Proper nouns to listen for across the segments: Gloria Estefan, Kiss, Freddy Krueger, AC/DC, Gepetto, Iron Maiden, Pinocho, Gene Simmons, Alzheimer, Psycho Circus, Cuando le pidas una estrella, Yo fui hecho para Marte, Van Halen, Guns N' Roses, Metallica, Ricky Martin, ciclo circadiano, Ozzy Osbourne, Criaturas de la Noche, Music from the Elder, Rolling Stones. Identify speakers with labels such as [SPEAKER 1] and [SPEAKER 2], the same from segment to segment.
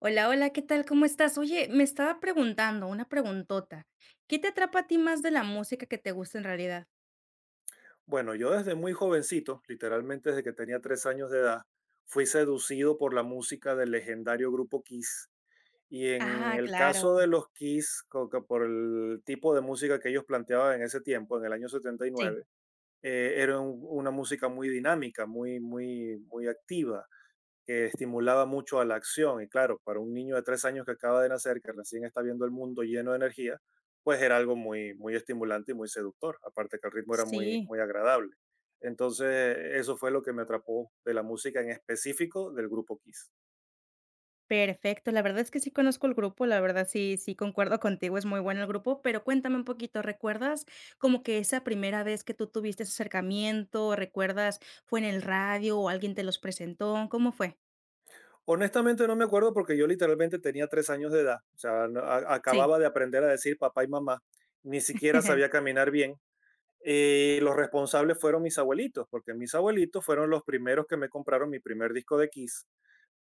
[SPEAKER 1] Hola, hola, ¿qué tal? ¿Cómo estás? Oye, me estaba preguntando, una preguntota. ¿Qué te atrapa a ti más de la música que te gusta en realidad?
[SPEAKER 2] Bueno, yo desde muy jovencito, literalmente desde que tenía 3 años de edad, fui seducido por la música del legendario grupo Kiss. Y en
[SPEAKER 1] Ah,
[SPEAKER 2] el caso de
[SPEAKER 1] claro,
[SPEAKER 2] los Kiss, que por el tipo de música que ellos planteaban en ese tiempo, en el año
[SPEAKER 1] sí.
[SPEAKER 2] 79, era una música muy dinámica, muy, muy, muy activa que estimulaba mucho a la acción. Y claro, para un niño de 3 años que acaba de nacer, que recién está viendo el mundo lleno de energía, pues era algo muy, muy estimulante y muy seductor, aparte que el ritmo era muy,
[SPEAKER 1] Sí,
[SPEAKER 2] muy agradable. Entonces, eso fue lo que me atrapó de la música en específico del grupo Kiss.
[SPEAKER 1] perfecto. La verdad es que sí conozco el grupo, la verdad sí, sí concuerdo contigo, es muy bueno el grupo, pero cuéntame un poquito, ¿recuerdas como que esa primera vez que tú tuviste ese acercamiento? ¿Recuerdas fue en el radio o alguien te los presentó? ¿Cómo fue?
[SPEAKER 2] Honestamente no me acuerdo porque yo literalmente tenía 3 años de edad, o sea,
[SPEAKER 1] Sí.
[SPEAKER 2] acababa de aprender a decir papá y mamá, ni siquiera sabía caminar bien, y los responsables fueron mis abuelitos, porque mis abuelitos fueron los primeros que me compraron mi primer disco de Kiss,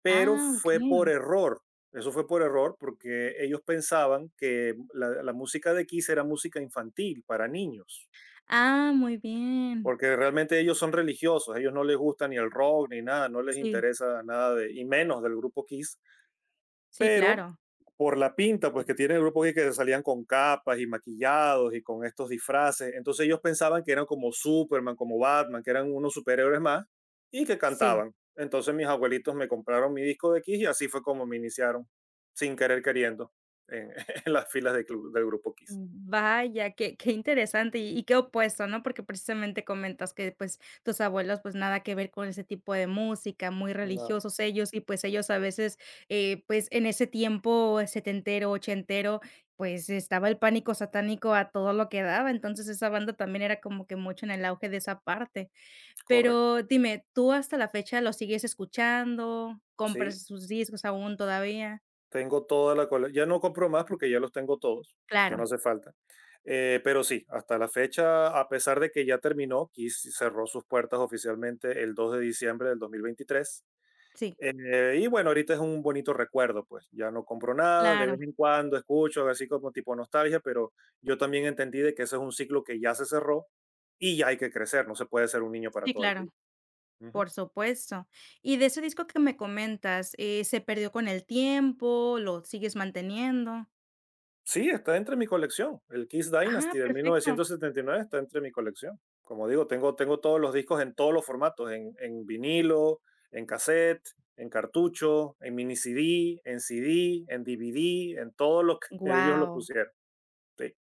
[SPEAKER 2] pero
[SPEAKER 1] Ah, ok.
[SPEAKER 2] fue por error. Eso fue por error porque ellos pensaban que la música de Kiss era música infantil para niños,
[SPEAKER 1] Ah, muy bien.
[SPEAKER 2] porque realmente ellos son religiosos, ellos no les gusta ni el rock ni nada, no les
[SPEAKER 1] Sí,
[SPEAKER 2] interesa nada de, y menos del grupo Kiss,
[SPEAKER 1] sí,
[SPEAKER 2] pero
[SPEAKER 1] claro.
[SPEAKER 2] por la pinta pues que tiene el grupo gay que salían con capas y maquillados y con estos disfraces. Entonces ellos pensaban que eran como Superman, como Batman, que eran unos superhéroes más y que
[SPEAKER 1] Sí.
[SPEAKER 2] cantaban. Entonces mis abuelitos me compraron mi disco de Kiss y así fue como me iniciaron, sin querer queriendo, en, en las filas del grupo Kiss.
[SPEAKER 1] Vaya, qué interesante y qué opuesto, ¿no? Porque precisamente comentas que, pues, tus abuelos, pues, nada que ver con ese tipo de música, muy
[SPEAKER 2] No.
[SPEAKER 1] religiosos ellos, y pues ellos a veces, pues, en ese tiempo setentero, ochentero, pues, estaba el pánico satánico a todo lo que daba, entonces esa banda también era como que mucho en el auge de esa parte.
[SPEAKER 2] Correcto.
[SPEAKER 1] Pero dime, ¿tú hasta la fecha lo sigues escuchando?
[SPEAKER 2] Sí,
[SPEAKER 1] ¿Compras sus discos aún todavía?
[SPEAKER 2] tengo toda la colección. Ya no compro más porque ya los tengo todos. Ya
[SPEAKER 1] Claro,
[SPEAKER 2] no hace falta. Pero sí, hasta la fecha, a pesar de que ya terminó, Kiss cerró sus puertas oficialmente el 2 de diciembre del 2023.
[SPEAKER 1] sí,
[SPEAKER 2] Y bueno, ahorita es un bonito recuerdo, pues ya no compro nada, de
[SPEAKER 1] claro,
[SPEAKER 2] vez en cuando escucho así como tipo nostalgia, pero yo también entendí de que ese es un ciclo que ya se cerró y ya hay que crecer, no se puede ser un niño para
[SPEAKER 1] sí,
[SPEAKER 2] toda la vida.
[SPEAKER 1] claro.
[SPEAKER 2] Ujú.
[SPEAKER 1] Por supuesto. Y de ese disco que me comentas, ¿se perdió con el tiempo? ¿Lo sigues manteniendo?
[SPEAKER 2] Sí, está entre mi colección. El Kiss
[SPEAKER 1] Ah,
[SPEAKER 2] Dynasty del
[SPEAKER 1] perfecto.
[SPEAKER 2] 1979 está entre mi colección. Como digo, tengo todos los discos en todos los formatos, en vinilo, en cassette, en cartucho, en mini CD, en CD, en DVD, en todo lo que ellos lo
[SPEAKER 1] Guau,
[SPEAKER 2] pusieron. Sí,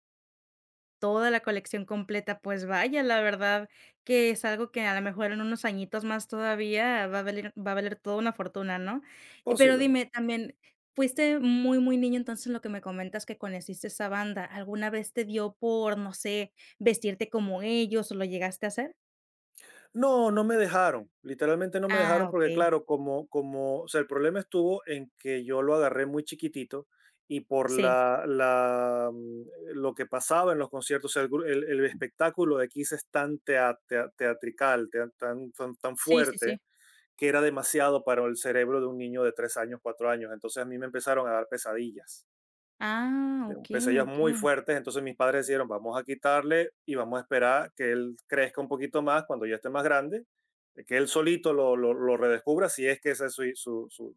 [SPEAKER 1] toda la colección completa, pues vaya, la verdad que es algo que a lo mejor en unos añitos más todavía va a valer toda una fortuna, ¿no? Y pero dime
[SPEAKER 2] posiblemente.
[SPEAKER 1] también, fuiste muy, muy niño, entonces, lo que me comentas que conociste esa banda, ¿alguna vez te dio por, no sé, vestirte como ellos, o lo llegaste a hacer?
[SPEAKER 2] No, no me dejaron, literalmente no me
[SPEAKER 1] Ah,
[SPEAKER 2] dejaron porque
[SPEAKER 1] okey.
[SPEAKER 2] claro, o sea, el problema estuvo en que yo lo agarré muy chiquitito y por
[SPEAKER 1] Sí.
[SPEAKER 2] lo que pasaba en los conciertos, o sea, el gru el espectáculo de Kiss es tan tea tea teatrical, tea tan tan tan
[SPEAKER 1] Sí, sí, sí.
[SPEAKER 2] fuerte, que era demasiado para el cerebro de un niño de 3 años, 4 años. Entonces, a mí me empezaron a dar pesadillas
[SPEAKER 1] Ah,
[SPEAKER 2] de un
[SPEAKER 1] okey,
[SPEAKER 2] pesadillas muy
[SPEAKER 1] okey.
[SPEAKER 2] fuertes, entonces mis padres dijeron vamos a quitarle y vamos a esperar que él crezca un poquito más cuando ya esté más grande, que él solito lo redescubra si es que esa es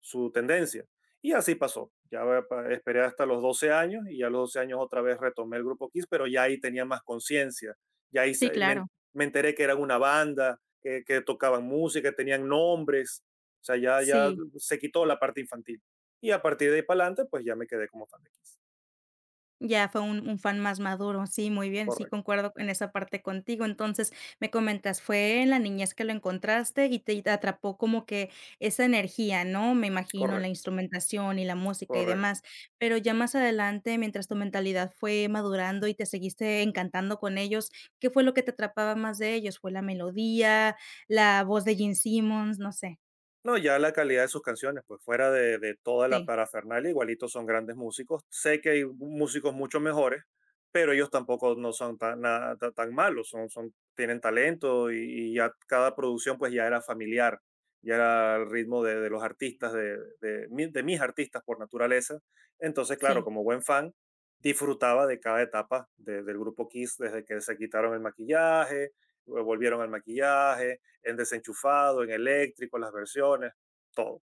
[SPEAKER 2] su tendencia. Y así pasó. Ya esperé hasta los 12 años y ya a los 12 años otra vez retomé el grupo Kiss, pero ya ahí tenía más conciencia. Ya ahí
[SPEAKER 1] Sí, claro.
[SPEAKER 2] enteré que eran una banda, tocaban música, tenían nombres. O sea, ya
[SPEAKER 1] Sí,
[SPEAKER 2] se quitó la parte infantil. Y a partir de ahí para adelante, pues ya me quedé como fan de Kiss.
[SPEAKER 1] ya fue un fan más maduro. Sí, muy bien, sí,
[SPEAKER 2] Correcto,
[SPEAKER 1] concuerdo en esa parte contigo. Entonces, me comentas, fue en la niñez que lo encontraste y te atrapó como que esa energía, ¿no? Me imagino, en la
[SPEAKER 2] correcto,
[SPEAKER 1] instrumentación y la música y
[SPEAKER 2] correcto.
[SPEAKER 1] demás. Pero ya más adelante, mientras tu mentalidad fue madurando y te seguiste encantando con ellos, ¿qué fue lo que te atrapaba más de ellos? ¿Fue la melodía, la voz de Gene Simmons? No sé.
[SPEAKER 2] No, ya la calidad de sus canciones, pues fuera de toda la
[SPEAKER 1] Sí,
[SPEAKER 2] parafernalia, igualitos son grandes músicos. Sé que hay músicos mucho mejores, pero ellos tampoco no son tan, nada tan malos, son, tienen talento y ya cada producción pues ya era familiar, ya era el ritmo de los artistas, de mis artistas por naturaleza. Entonces, claro,
[SPEAKER 1] sí.
[SPEAKER 2] como buen fan, disfrutaba de cada etapa del grupo Kiss, desde que se quitaron el maquillaje, luego volvieron al maquillaje, en desenchufado, en eléctrico, las versiones, todo.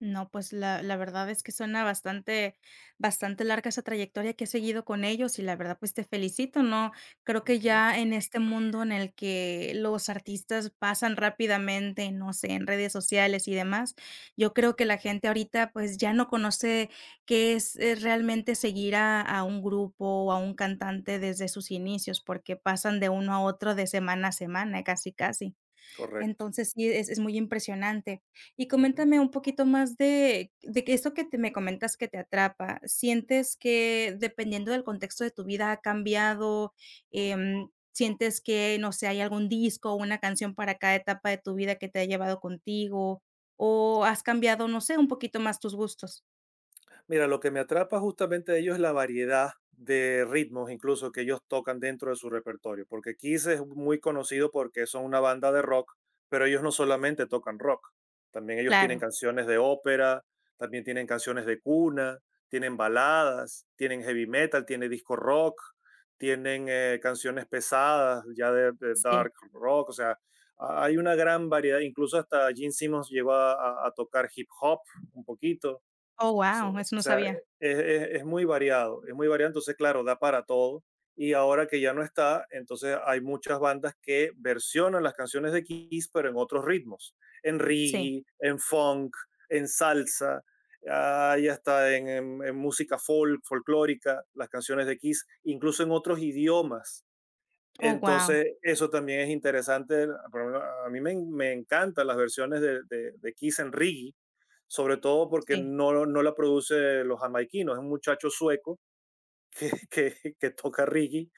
[SPEAKER 1] No, pues la verdad es que suena bastante larga esa trayectoria que has seguido con ellos y la verdad, pues, te felicito, ¿no? Creo que
[SPEAKER 2] Ujú.
[SPEAKER 1] ya en este mundo en el que los artistas pasan rápidamente, no sé, en redes sociales y demás, yo creo que la gente ahorita, pues, ya no conoce qué es, realmente seguir a un grupo o a un cantante desde sus inicios, porque pasan de uno a otro de semana a semana, casi, casi.
[SPEAKER 2] Correcto.
[SPEAKER 1] Entonces, sí, es muy impresionante. Y
[SPEAKER 2] Ujú.
[SPEAKER 1] coméntame un poquito más de que esto que te me comentas que te atrapa, ¿sientes que dependiendo del contexto de tu vida ha cambiado? ¿Sientes que, no sé, hay algún disco o una canción para cada etapa de tu vida que te ha llevado contigo? ¿O has cambiado, no sé, un poquito más tus gustos?
[SPEAKER 2] Mira, lo que me atrapa justamente de ellos es la variedad de ritmos, incluso que ellos tocan dentro de su repertorio, porque Kiss es muy conocido porque son una banda de rock, pero ellos no solamente tocan rock, también ellos tienen
[SPEAKER 1] Claro,
[SPEAKER 2] canciones de ópera, también tienen canciones de cuna, tienen baladas, tienen heavy metal, tienen disco rock, tienen canciones pesadas, ya de
[SPEAKER 1] sí.
[SPEAKER 2] dark rock, o sea, hay una gran variedad, incluso hasta Gene Simmons llegó a a tocar hip hop un poquito.
[SPEAKER 1] Oh,
[SPEAKER 2] So,
[SPEAKER 1] wow, eso
[SPEAKER 2] o
[SPEAKER 1] no
[SPEAKER 2] sea,
[SPEAKER 1] sabía.
[SPEAKER 2] es muy variado, entonces claro, da para todo. Y ahora que ya no está, entonces hay muchas bandas que versionan las canciones de Kiss, pero en otros ritmos, en
[SPEAKER 1] Sí.
[SPEAKER 2] reggae, en funk, en salsa, ah, y hasta en, en música folk, folclórica, las canciones de Kiss, incluso en otros idiomas.
[SPEAKER 1] Oh, wow.
[SPEAKER 2] Entonces, eso también es interesante. A mí me encantan las versiones de Kiss en Rigi, sobre todo porque
[SPEAKER 1] Sí.
[SPEAKER 2] no, no la produce los jamaiquinos, es un muchacho sueco que toca Rigi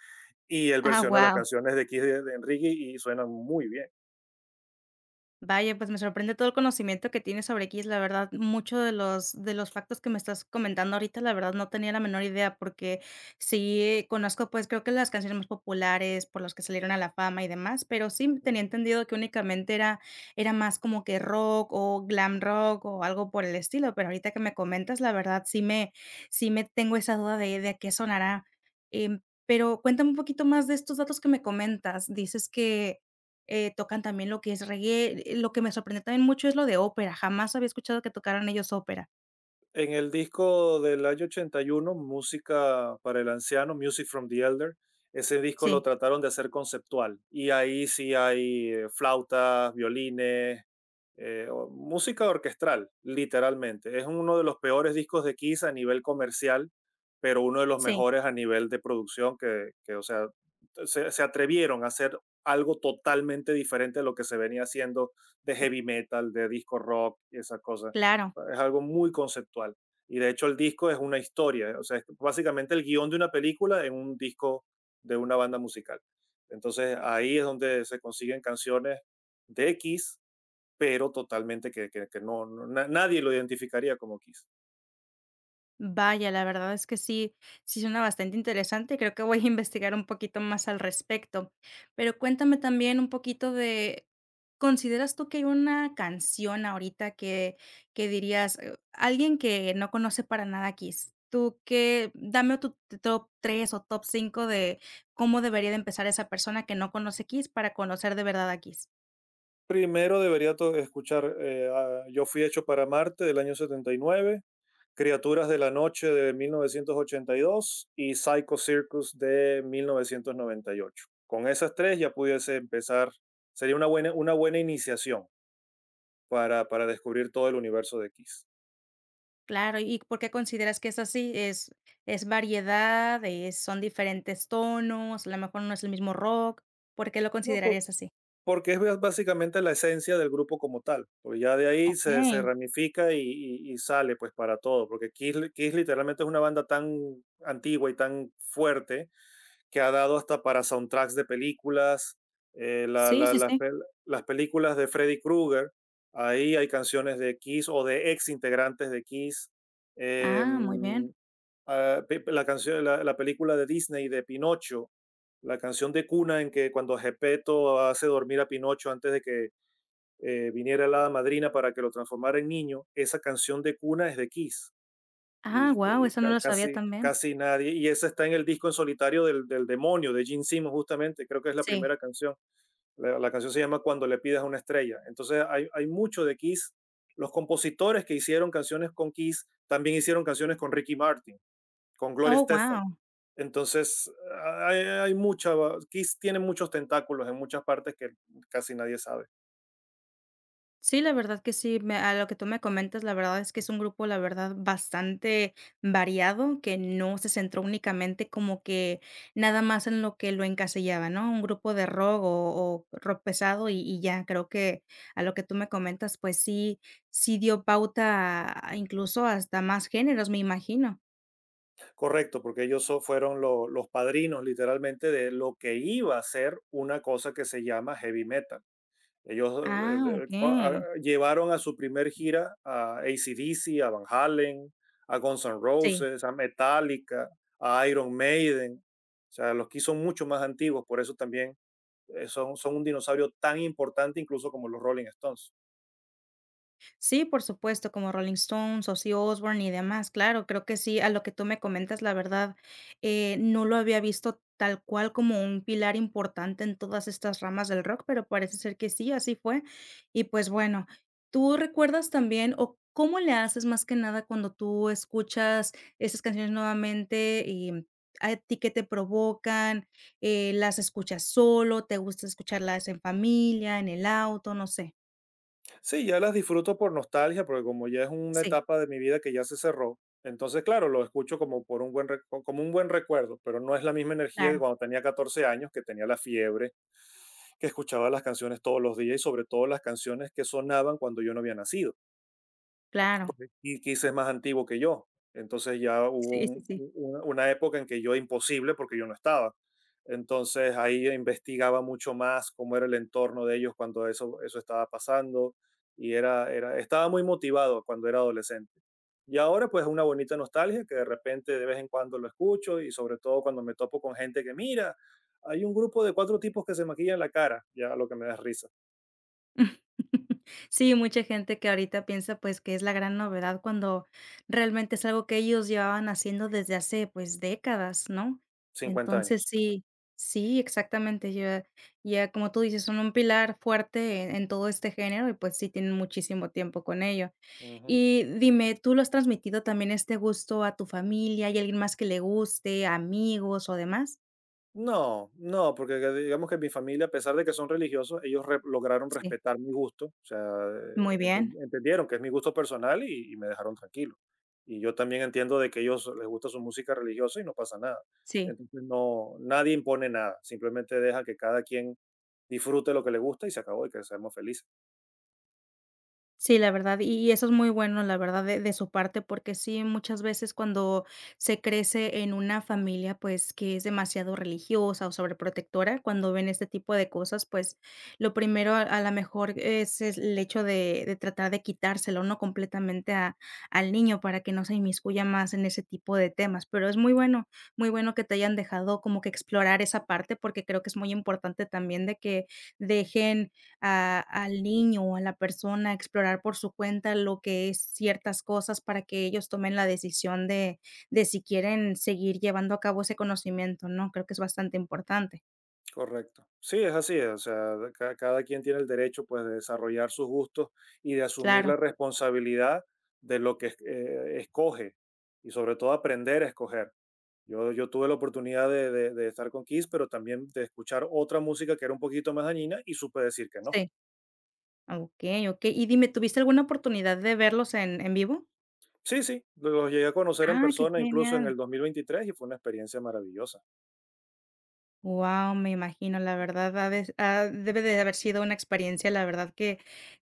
[SPEAKER 2] y él
[SPEAKER 1] Ah,
[SPEAKER 2] versiona las
[SPEAKER 1] wow.
[SPEAKER 2] canciones de Kiss de y suenan muy bien.
[SPEAKER 1] Vaya, pues me sorprende todo el conocimiento que tienes sobre Kiss, la verdad, muchos de los factos que me estás comentando ahorita, la verdad no tenía la menor idea, porque sí conozco, pues, creo que las canciones más populares, por las que salieron a la fama y demás, pero sí
[SPEAKER 2] Uh
[SPEAKER 1] tenía
[SPEAKER 2] -huh.
[SPEAKER 1] entendido que únicamente era más como que rock, o glam rock, o algo por el estilo, pero ahorita que me comentas, la verdad sí me tengo esa duda de a qué sonará. Em, pero cuéntame un poquito más de estos datos que me comentas. Dices que tocan también lo que es reggae. Lo que me sorprendió también mucho es lo de ópera. Jamás había escuchado que tocaran ellos ópera.
[SPEAKER 2] En el disco del año 81, Música para el Anciano, Music from the Elder, ese disco lo
[SPEAKER 1] Sí,
[SPEAKER 2] trataron de hacer conceptual. Y ahí sí hay flautas, violines, música orquestral, literalmente. Es uno de los peores discos de Kiss a nivel comercial, pero uno de los
[SPEAKER 1] sí,
[SPEAKER 2] mejores a nivel de producción, o sea, se atrevieron a hacer algo totalmente diferente a lo que se venía haciendo de heavy metal, de disco rock y esas cosas,
[SPEAKER 1] claro.
[SPEAKER 2] es algo muy conceptual. Y de hecho el disco es una historia, o sea, es básicamente el guión de una película en un disco de una banda musical. Entonces ahí es donde se consiguen canciones de X, pero totalmente que no, nadie lo identificaría como X.
[SPEAKER 1] Vaya, la verdad es que sí, sí suena bastante interesante. Creo que voy a investigar un poquito más al respecto. Pero cuéntame también un poquito de, ¿consideras tú que hay una canción ahorita que dirías, alguien que no conoce para nada Kiss? Tú que, dame tu top 3 o top 5 de cómo debería de empezar esa persona que no conoce Kiss para conocer de verdad a Kiss.
[SPEAKER 2] Primero debería escuchar a Yo fui hecho para Marte del año 79, Criaturas de la Noche de 1982 y Psycho Circus de 1998. Con esas tres ya pudiese empezar, sería una buena iniciación para descubrir todo el universo de Kiss.
[SPEAKER 1] Claro, ¿y por qué consideras que es así? ¿Es variedad, es son diferentes tonos, a lo mejor no es el mismo rock? ¿Por qué lo
[SPEAKER 2] No, por-
[SPEAKER 1] considerarías así?
[SPEAKER 2] porque es básicamente la esencia del grupo como tal, porque ya de ahí se
[SPEAKER 1] Okey.
[SPEAKER 2] ramifica y sale pues para todo, porque Kiss literalmente es una banda tan antigua y tan fuerte que ha dado hasta para soundtracks de películas,
[SPEAKER 1] Sí, sí,
[SPEAKER 2] las
[SPEAKER 1] sí.
[SPEAKER 2] las películas de Freddy Krueger, ahí hay canciones de Kiss o de ex integrantes de Kiss.
[SPEAKER 1] Ah, muy
[SPEAKER 2] em,
[SPEAKER 1] bien.
[SPEAKER 2] ah, la, la película de Disney de Pinocho, la canción de cuna en que cuando Gepetto hace dormir a Pinocho antes de que viniera la hada madrina para que lo transformara en niño, esa canción de cuna es de Kiss
[SPEAKER 1] Ah, guau, eso no lo sabía
[SPEAKER 2] casi,
[SPEAKER 1] también.
[SPEAKER 2] casi nadie. Y esa está en el disco en solitario del demonio, de Gene Simmons, justamente, creo que es la
[SPEAKER 1] Sí.
[SPEAKER 2] primera canción. La canción se llama Cuando le pidas una estrella. Entonces hay mucho de Kiss. Los compositores que hicieron canciones con Kiss también hicieron canciones con Ricky Martin, con Gloria
[SPEAKER 1] Oh,
[SPEAKER 2] Estefan.
[SPEAKER 1] guau.
[SPEAKER 2] Entonces Kiss tiene muchos tentáculos en muchas partes que casi nadie sabe.
[SPEAKER 1] Sí, la verdad que sí, me a lo que tú me comentas, la verdad es que es un grupo, la verdad, bastante variado, que no se centró únicamente como que nada más en lo que lo encasillaba, ¿no? Un grupo de rock o rock pesado y ya, creo que a lo que tú me comentas, pues sí dio pauta a incluso hasta más géneros, me imagino.
[SPEAKER 2] Correcto, porque ellos fueron los padrinos literalmente de lo que iba a ser una cosa que se llama heavy metal. Ellos
[SPEAKER 1] Ah, okey.
[SPEAKER 2] llevaron a su primer gira a AC/DC, a Van Halen, a Guns N'
[SPEAKER 1] Sí.
[SPEAKER 2] Roses, a Metallica, a Iron Maiden. O sea, los que son mucho más antiguos, por eso también son un dinosaurio tan importante incluso como los Rolling Stones.
[SPEAKER 1] Sí, por supuesto, como Rolling Stones, Ozzy Osbourne y demás. Claro, creo que sí, a lo que tú me comentas, la verdad, no lo había visto tal cual como un pilar importante en todas estas ramas del rock, pero parece ser que sí, así fue. Y pues bueno, ¿tú recuerdas también o cómo le haces más que nada cuando tú escuchas esas canciones nuevamente y a ti qué te provocan? ¿Las escuchas solo? ¿Te gusta escucharlas en familia, en el auto? No sé.
[SPEAKER 2] Sí, ya las disfruto por nostalgia, porque como ya es una
[SPEAKER 1] Sí.
[SPEAKER 2] etapa de mi vida que ya se cerró, entonces claro, lo escucho como, por un, buen, recu- como un buen recuerdo, pero no es la misma energía que
[SPEAKER 1] Claro,
[SPEAKER 2] cuando tenía 14 años, que tenía la fiebre, que escuchaba las canciones todos los días y sobre todo las canciones que sonaban cuando yo no había nacido
[SPEAKER 1] claro.
[SPEAKER 2] y quizás es más antiguo que yo. Entonces ya hubo
[SPEAKER 1] Sí, sí, sí.
[SPEAKER 2] una época en que yo imposible porque yo no estaba. Entonces ahí investigaba mucho más cómo era el entorno de ellos cuando eso estaba pasando era, estaba muy motivado cuando era adolescente. Y ahora pues es una bonita nostalgia que de repente de vez en cuando lo escucho y sobre todo cuando me topo con gente que mira, hay un grupo de cuatro tipos que se maquillan la cara, ya lo que me da risa.
[SPEAKER 1] Sí, mucha gente que ahorita piensa, pues, que es la gran novedad cuando realmente es algo que ellos llevaban haciendo desde hace, pues, décadas, ¿no?
[SPEAKER 2] cincuenta
[SPEAKER 1] Entonces
[SPEAKER 2] años.
[SPEAKER 1] sí, sí, exactamente, ya ya, como tú dices, son un pilar fuerte en todo este género y, pues, sí tienen muchísimo tiempo con ello.
[SPEAKER 2] Ujú.
[SPEAKER 1] Y dime, ¿tú lo has transmitido también este gusto a tu familia? ¿Hay alguien más que le guste, amigos o demás?
[SPEAKER 2] No, no, porque digamos que mi familia, a pesar de que son religiosos, ellos lograron
[SPEAKER 1] Sí,
[SPEAKER 2] respetar mi gusto, o sea,
[SPEAKER 1] muy bien,
[SPEAKER 2] entendieron que es mi gusto personal y me dejaron tranquilo. Y yo también entiendo de que ellos les gusta su música religiosa y no pasa nada.
[SPEAKER 1] sí.
[SPEAKER 2] Entonces no, nadie impone nada, simplemente deja que cada quien disfrute lo que le gusta y se acabó y que seamos felices.
[SPEAKER 1] Sí, la verdad, y eso es muy bueno, la verdad, de su parte, porque sí, muchas veces cuando se crece en una familia, pues, que es demasiado religiosa o sobreprotectora, cuando ven este tipo de cosas, pues, lo primero, a la mejor es el hecho de tratar de quitárselo, ¿no?, completamente a al niño para que no se inmiscuya más en ese tipo de temas. Pero es muy bueno, muy bueno que te hayan dejado como que explorar esa parte, porque creo que es muy importante también de que dejen a al niño o a la persona a explorar por su cuenta lo que es ciertas cosas para que ellos tomen la decisión de si quieren seguir llevando a cabo ese conocimiento, ¿no? Creo que es bastante importante.
[SPEAKER 2] Correcto. Sí, es así. O sea, de cada quien tiene el derecho pues, de desarrollar sus gustos y de asumir
[SPEAKER 1] Claro,
[SPEAKER 2] la responsabilidad de escoge y sobre todo aprender a escoger. Yo tuve la oportunidad de estar con Kiss, pero también de escuchar otra música que era un poquito más dañina y supe decir que no.
[SPEAKER 1] sí. Okey, okey. Y dime, ¿tuviste alguna oportunidad de verlos en vivo?
[SPEAKER 2] Sí, sí, los llegué a conocer en
[SPEAKER 1] Ah, qué
[SPEAKER 2] persona incluso en
[SPEAKER 1] genial.
[SPEAKER 2] el 2023 y fue una experiencia maravillosa.
[SPEAKER 1] Wow, me imagino, la verdad, ha de ha debe de haber sido una experiencia, la verdad que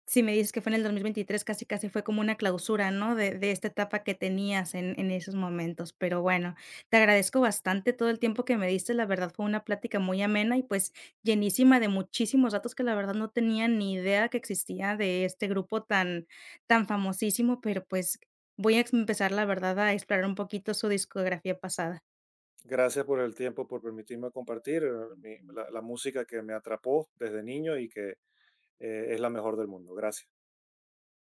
[SPEAKER 1] si me dices que fue en el 2023, casi, casi fue como una clausura, ¿no? De esta etapa que tenías en esos momentos. Pero bueno, te agradezco bastante todo el tiempo que me diste. La verdad fue una plática muy amena y, pues, llenísima de muchísimos datos que la verdad no tenía ni idea que existía de este grupo tan tan famosísimo, pero, pues, voy a empezar, la verdad, a explorar un poquito su discografía pasada.
[SPEAKER 2] Gracias por el tiempo, por permitirme compartir la la música que me atrapó desde niño y que es la mejor del mundo. Gracias.